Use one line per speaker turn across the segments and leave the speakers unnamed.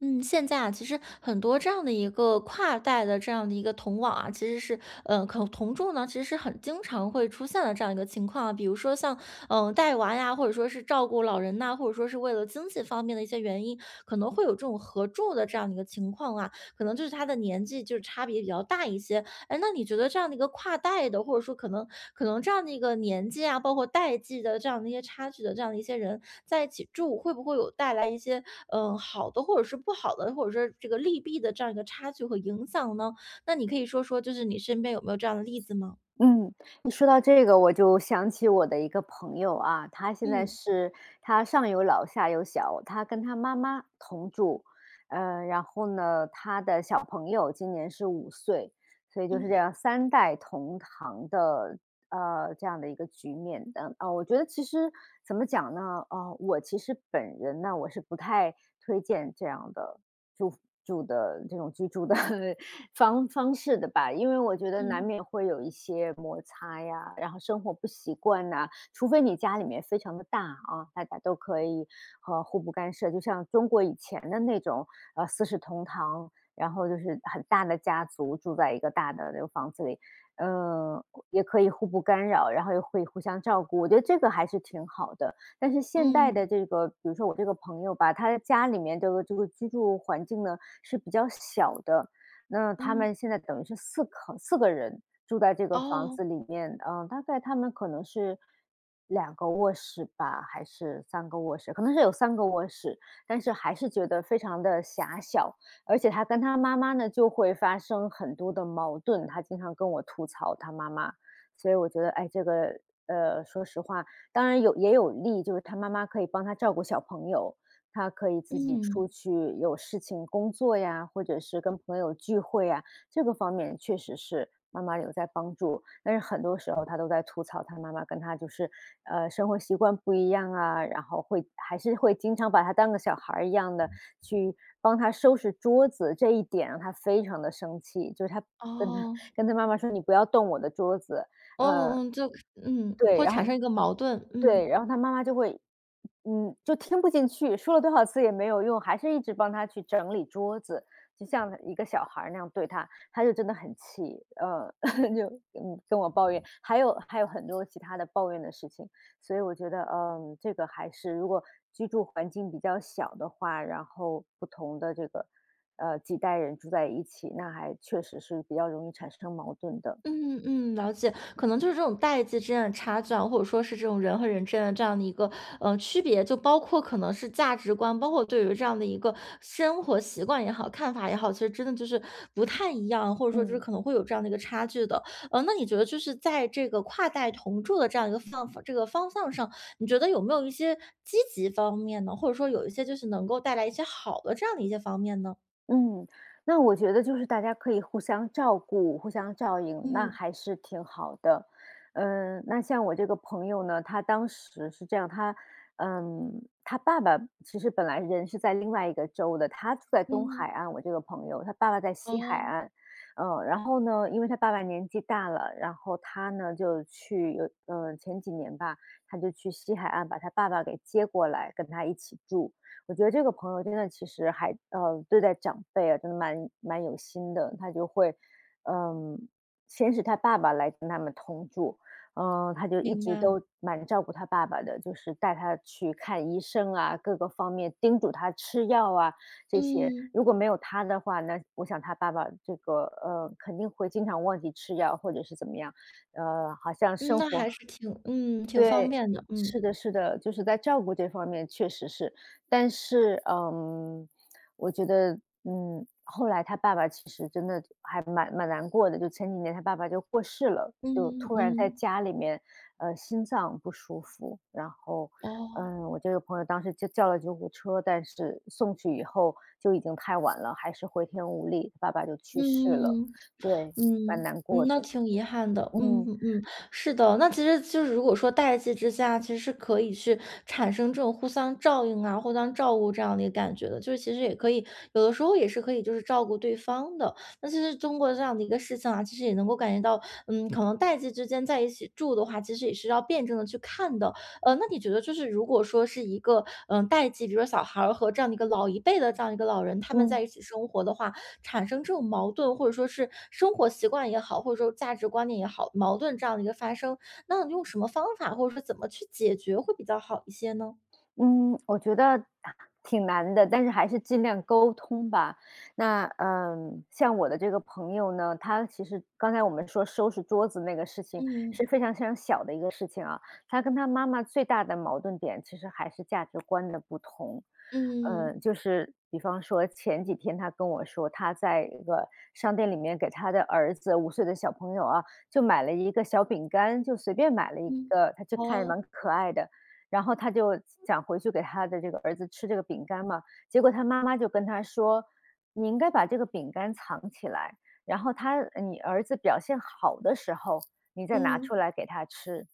嗯，现在啊，其实很多这样的一个跨代的这样的一个同网啊，其实是，可同住呢，其实是很经常会出现的这样一个情况啊。比如说像，带娃呀，或者说是照顾老人呐、或者说是为了经济方面的一些原因，可能会有这种合住的这样的一个情况啊。可能就是他的年纪就是差别比较大一些。哎，那你觉得这样的一个跨代的，或者说可能这样的一个年纪啊，包括代际的这样的一些差距的这样的一些人在一起住，会不会有带来一些好的，或者是不好的，或者说这个利弊的这样一个差距和影响呢？那你可以说说，就是你身边有没有这样的例子吗？
嗯，一说到这个我就想起我的一个朋友啊，他现在
嗯
是他上有老下有小，他跟他妈妈同住，然后呢，他的小朋友今年是五岁，所以就是
嗯
这样三代同堂的，这样的一个局面的啊，我觉得其实怎么讲呢，我其实本人呢，我是不太推荐这样的住住的这种居住的 方式的吧，因为我觉得难
嗯
免会有一些摩擦呀，然后生活不习惯呐。除非你家里面非常的大啊，大家都可以互不干涉，就像中国以前的那种四世同堂，然后就是很大的家族住在一个大的那个房子里，嗯、也可以互不干扰，然后又会互相照顾，我觉得这个还是挺好的。但是现代
嗯
的这个，比如说我这个朋友吧，他的家里面这个居住环境呢是比较小的，那他
嗯，
们现在等于是4个人住在这个房
哦，
子里面。嗯、大概他们可能是2个卧室吧，还是三个卧室，可能是有三个卧室，但是还是觉得非常的狭小，而且他跟他妈妈呢就会发生很多的矛盾，他经常跟我吐槽他妈妈，所以我觉得，哎，这个说实话，当然有也有利，就是他妈妈可以帮他照顾小朋友，他可以自己
嗯
出去有事情工作呀，或者是跟朋友聚会呀，这个方面确实是妈妈有在帮助。但是很多时候他都在吐槽他妈妈跟他就是，生活习惯不一样啊，然后还是会经常把他当个小孩儿一样的去帮他收拾桌子，这一点让他非常的生气，就是他跟他
哦
跟他妈妈说："你不要动我的桌子。"
哦嗯，就
对，
会
然
产
后
生一个矛盾，嗯。
他妈妈就会就听不进去，说了多少次也没有用，还是一直帮他去整理桌子，就像一个小孩儿那样对他，他就真的很气，就跟我抱怨，还有很多其他的抱怨的事情，所以我觉得，这个还是如果居住环境比较小的话，然后不同的这个几代人住在一起，那还确实是比较容易产生矛盾的，
嗯嗯，了解。可能就是这种代际之间的差距啊，或者说是这种人和人之间的这样的一个区别，就包括可能是价值观，包括对于这样的一个生活习惯也好、看法也好，其实真的就是不太一样，或者说就是
嗯。
可能会有这样的一个差距的。那你觉得就是在这个跨代同住的这样一个这个方向上，你觉得有没有一些积极方面呢？或者说有一些就是能够带来一些好的这样的一些方面呢？
嗯，那我觉得就是大家可以互相照顾、互相照应，那
嗯
还是挺好的。那像我这个朋友呢，他当时是这样，他，嗯，他爸爸其实本来人是在另外一个州的，他住在东
嗯，
海岸，我这个朋友，他爸爸在西海
哦，
岸。然后呢，因为他爸爸年纪大了，然后他呢就去有，前几年吧，他就去西海岸把他爸爸给接过来，跟他一起住。我觉得这个朋友真的其实还对待长辈啊，真的蛮有心的。他就会，嗯，先是他爸爸来跟他们同住。他就一
明白
直
了，
都蛮照顾他爸爸的，就是带他去看医生啊，各个方面叮嘱他吃药啊这些。
嗯。
如果没有他的话，那我想他爸爸这个肯定会经常忘记吃药或者是怎么样，呃，好像
嗯，
生
那
活
还是挺方
对，
便的，嗯，
是的是的，就是在照顾这方面确实是，但是，我觉得，后来他爸爸其实真的还蛮难过的，就前几年他爸爸就过世了，就
嗯
突然在
嗯，
家里面，心脏不舒服，然后，
哦，
我这个朋友当时就叫了救护车，但是送去以后就已经太晚了，还是回天无力，爸爸就去世了，
嗯嗯嗯哦
对，
嗯
蛮
嗯，
难过
嗯，那
的，
挺遗憾的。嗯
嗯
嗯嗯，是的。那其实就是如果说代际之下，其实是可以去产生这种互相照应啊、互相照顾这样的一个感觉的。就是其实也可以，有的时候也是可以就是照顾对方的。那其实通过这样的一个事情啊，其实也能够感觉到，可能代际之间在一起住的话，其实也是要辩证的去看的。那你觉得就是如果说是一个代际，比如说小孩儿和这样的一个老一辈的这样一个老人，他们在
嗯。
一起生活的话，产生这种矛盾，或者说是生活习惯也好，或者说价值观念也好，矛盾这样的一个发生，那用什么方法或者说怎么去解决会比较好一些呢？
嗯，我觉得啊挺难的，但是还是尽量沟通吧。那像我的这个朋友呢，他其实刚才我们说收拾桌子那个事情
嗯
是非常非常小的一个事情啊。他跟他妈妈最大的矛盾点其实还是价值观的不同。
嗯
就是比方说前几天他跟我说，他在一个商店里面给他的儿子五岁的小朋友啊，就买了一个小饼干，就随便买了一
嗯，
个，他就看着
哦，
蛮可爱的。然后他就想回去给他的这个儿子吃这个饼干嘛，结果他妈妈就跟他说："你应该把这个饼干藏起来，然后你儿子表现好的时候，你再拿
嗯，
出来给他吃。"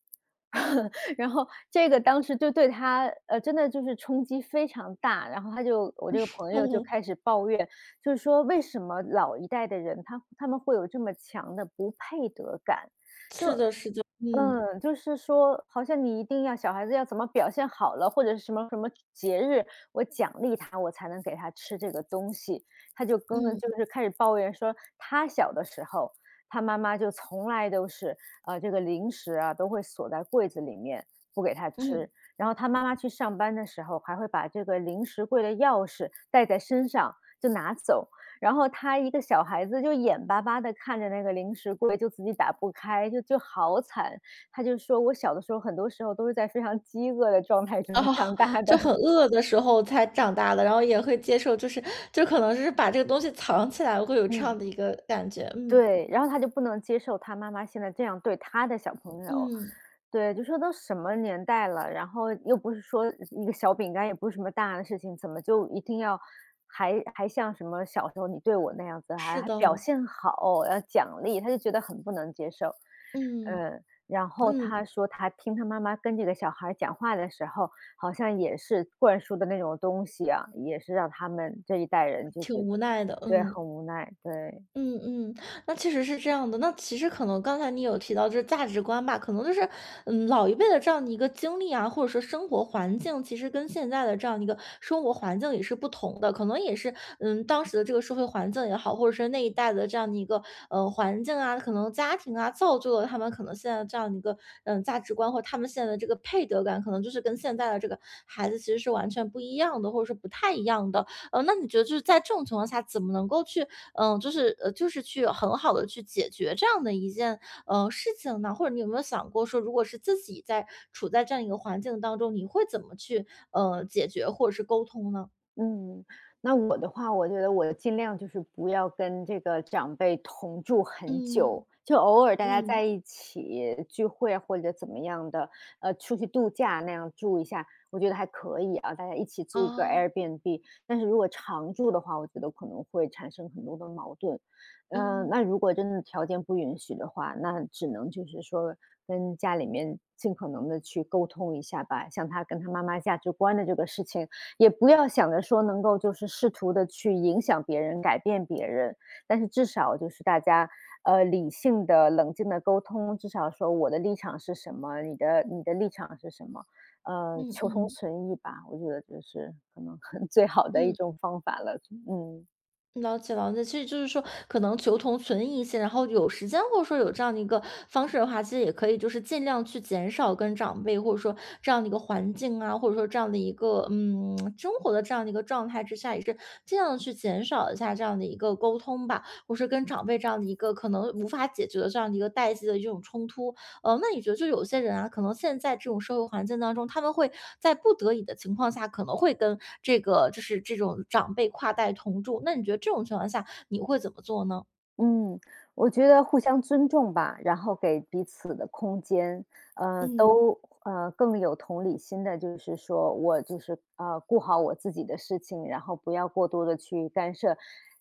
然后这个当时就对他，真的就是冲击非常大。然后我这个朋友就
哦，
开始抱怨，就是说为什么老一代的人他们会有这么强的不配得感？就
是的，是的，嗯
就是说好像你一定要小孩子要怎么表现好了，或者是什么什么节日，我奖励他，我才能给他吃这个东西。他就跟
嗯
就是开始抱怨说，他小的时候，他妈妈就从来都是，这个零食啊都会锁在柜子里面，不给他
嗯，
吃。然后他妈妈去上班的时候，还会把这个零食柜的钥匙带在身上就拿走。然后他一个小孩子就眼巴巴的看着那个零食柜，就自己打不开，就好惨。他就说："我小的时候，很多时候都是在非常饥饿的状态中
啊，
长大
就
的。
很 饿的时候才长大的，然后也会接受，就是就可能是把这个东西藏起来，会有这样
嗯。
的一个感觉，嗯
对，然后他就不能接受他妈妈现在这样对他的小朋友。
嗯，
对，就说都什么年代了，然后又不是说一个小饼干，也不是什么大的事情，怎么就一定要还像什么小时候你对我那样子，还
是
还表
的，
现好，要奖励，他就觉得很不能接受。
嗯
嗯，然后
嗯，
他说他听他妈妈跟这个小孩儿讲话的时候，好像也是灌输的那种东西啊，也是让他们这一代人就
挺
觉得
无奈的，
对，
嗯。
很无奈，对。
嗯嗯，那确实是这样的。那其实可能刚才你有提到就是价值观吧，可能就是，老一辈的这样的一个经历啊，或者说生活环境，其实跟现在的这样的一个生活环境也是不同的。可能也是，当时的这个社会环境也好，或者是那一代的这样的一个，环境啊，可能家庭啊，造就了他们可能现在这样的一个，价值观或他们现在的这个配得感，可能就是跟现在的这个孩子其实是完全不一样的，或者是不太一样的。那你觉得就是在这种情况下，怎么能够去就是去很好的去解决这样的一件，事情呢？或者你有没有想过说，如果是自己处在这样一个环境当中，你会怎么去，解决或者是沟通呢？
嗯，那我的话，我觉得我尽量就是不要跟这个长辈同住很
嗯，嗯。
久，就偶尔大家在
嗯
一起聚会或者怎么样的，出去度假那样住一下，我觉得还可以啊，大家一起租一个
哦，
Airbnb。但是如果常住的话，我觉得可能会产生很多的矛盾。那
嗯。
如果真的条件不允许的话，那只能就是说跟家里面尽可能的去沟通一下吧，像他跟他妈妈价值观的这个事情。也不要想着说能够就是试图的去影响别人、改变别人，但是至少就是大家，理性的、冷静的沟通，至少说我的立场是什么，你的立场是什么，
嗯
求同
嗯，
存异吧，我觉得这是可能 最好的一
嗯。
种方法了，嗯。
了解了解，其实就是说，可能求同存异一些，然后有时间或者说有这样的一个方式的话，其实也可以就是尽量去减少跟长辈或者说这样的一个环境啊，或者说这样的一个生活的这样的一个状态之下，也是尽量去减少一下这样的一个沟通吧，或是跟长辈这样的一个可能无法解决的这样的一个代际的一种冲突。那你觉得就有些人啊，可能现在这种社会环境当中，他们会在不得已的情况下，可能会跟这个就是这种长辈跨代同住，那你觉得这种情况下，你会怎么做呢？
嗯，我觉得互相尊重吧，然后给彼此的空间，
嗯，
都更有同理心的，就是说我就是顾好我自己的事情，然后不要过多的去干涉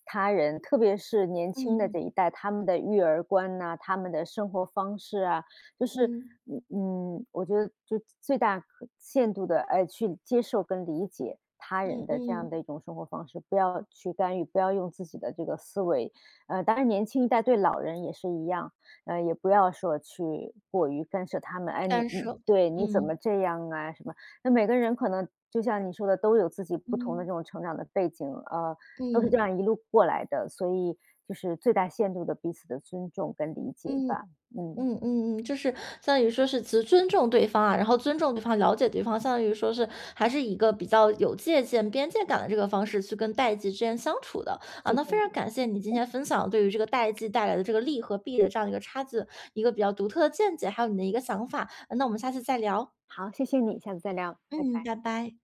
他人，特别是年
嗯
轻的这一
嗯
代，他们的育儿观呐、他们的生活方式啊，就是
嗯
嗯我觉得就最大可限度的去接受跟理解。他
嗯
人的这样的
嗯，
一种生活方式，不要去干预，不要用自己的这个思维，当然年轻一代对老人也是一样，也不要说去过于干涉他们，哎，你
干
你
涉，
对，你怎
嗯
么这样啊什么。那每个人可能就像你说的，都有自己不同的这
嗯
种成长的背景，都是这
嗯
样一路过来的，所以就是最大限度的彼此的尊重跟理解
嗯。
吧。嗯，
嗯嗯嗯，就是相当于说是其实尊重对方啊，然后尊重对方、了解对方，相当于说是还是一个比较有借鉴边界感的这个方式去跟代际之间相处的啊。
是
那
这
非
样。
常感谢你今天分享对于这个代际带来的这个利和弊的这样的一个差距，一个比较独特的见解，还有你的一个想法。那我们下次再聊。
好，谢谢你，下次再聊，拜
嗯，
拜。
拜拜。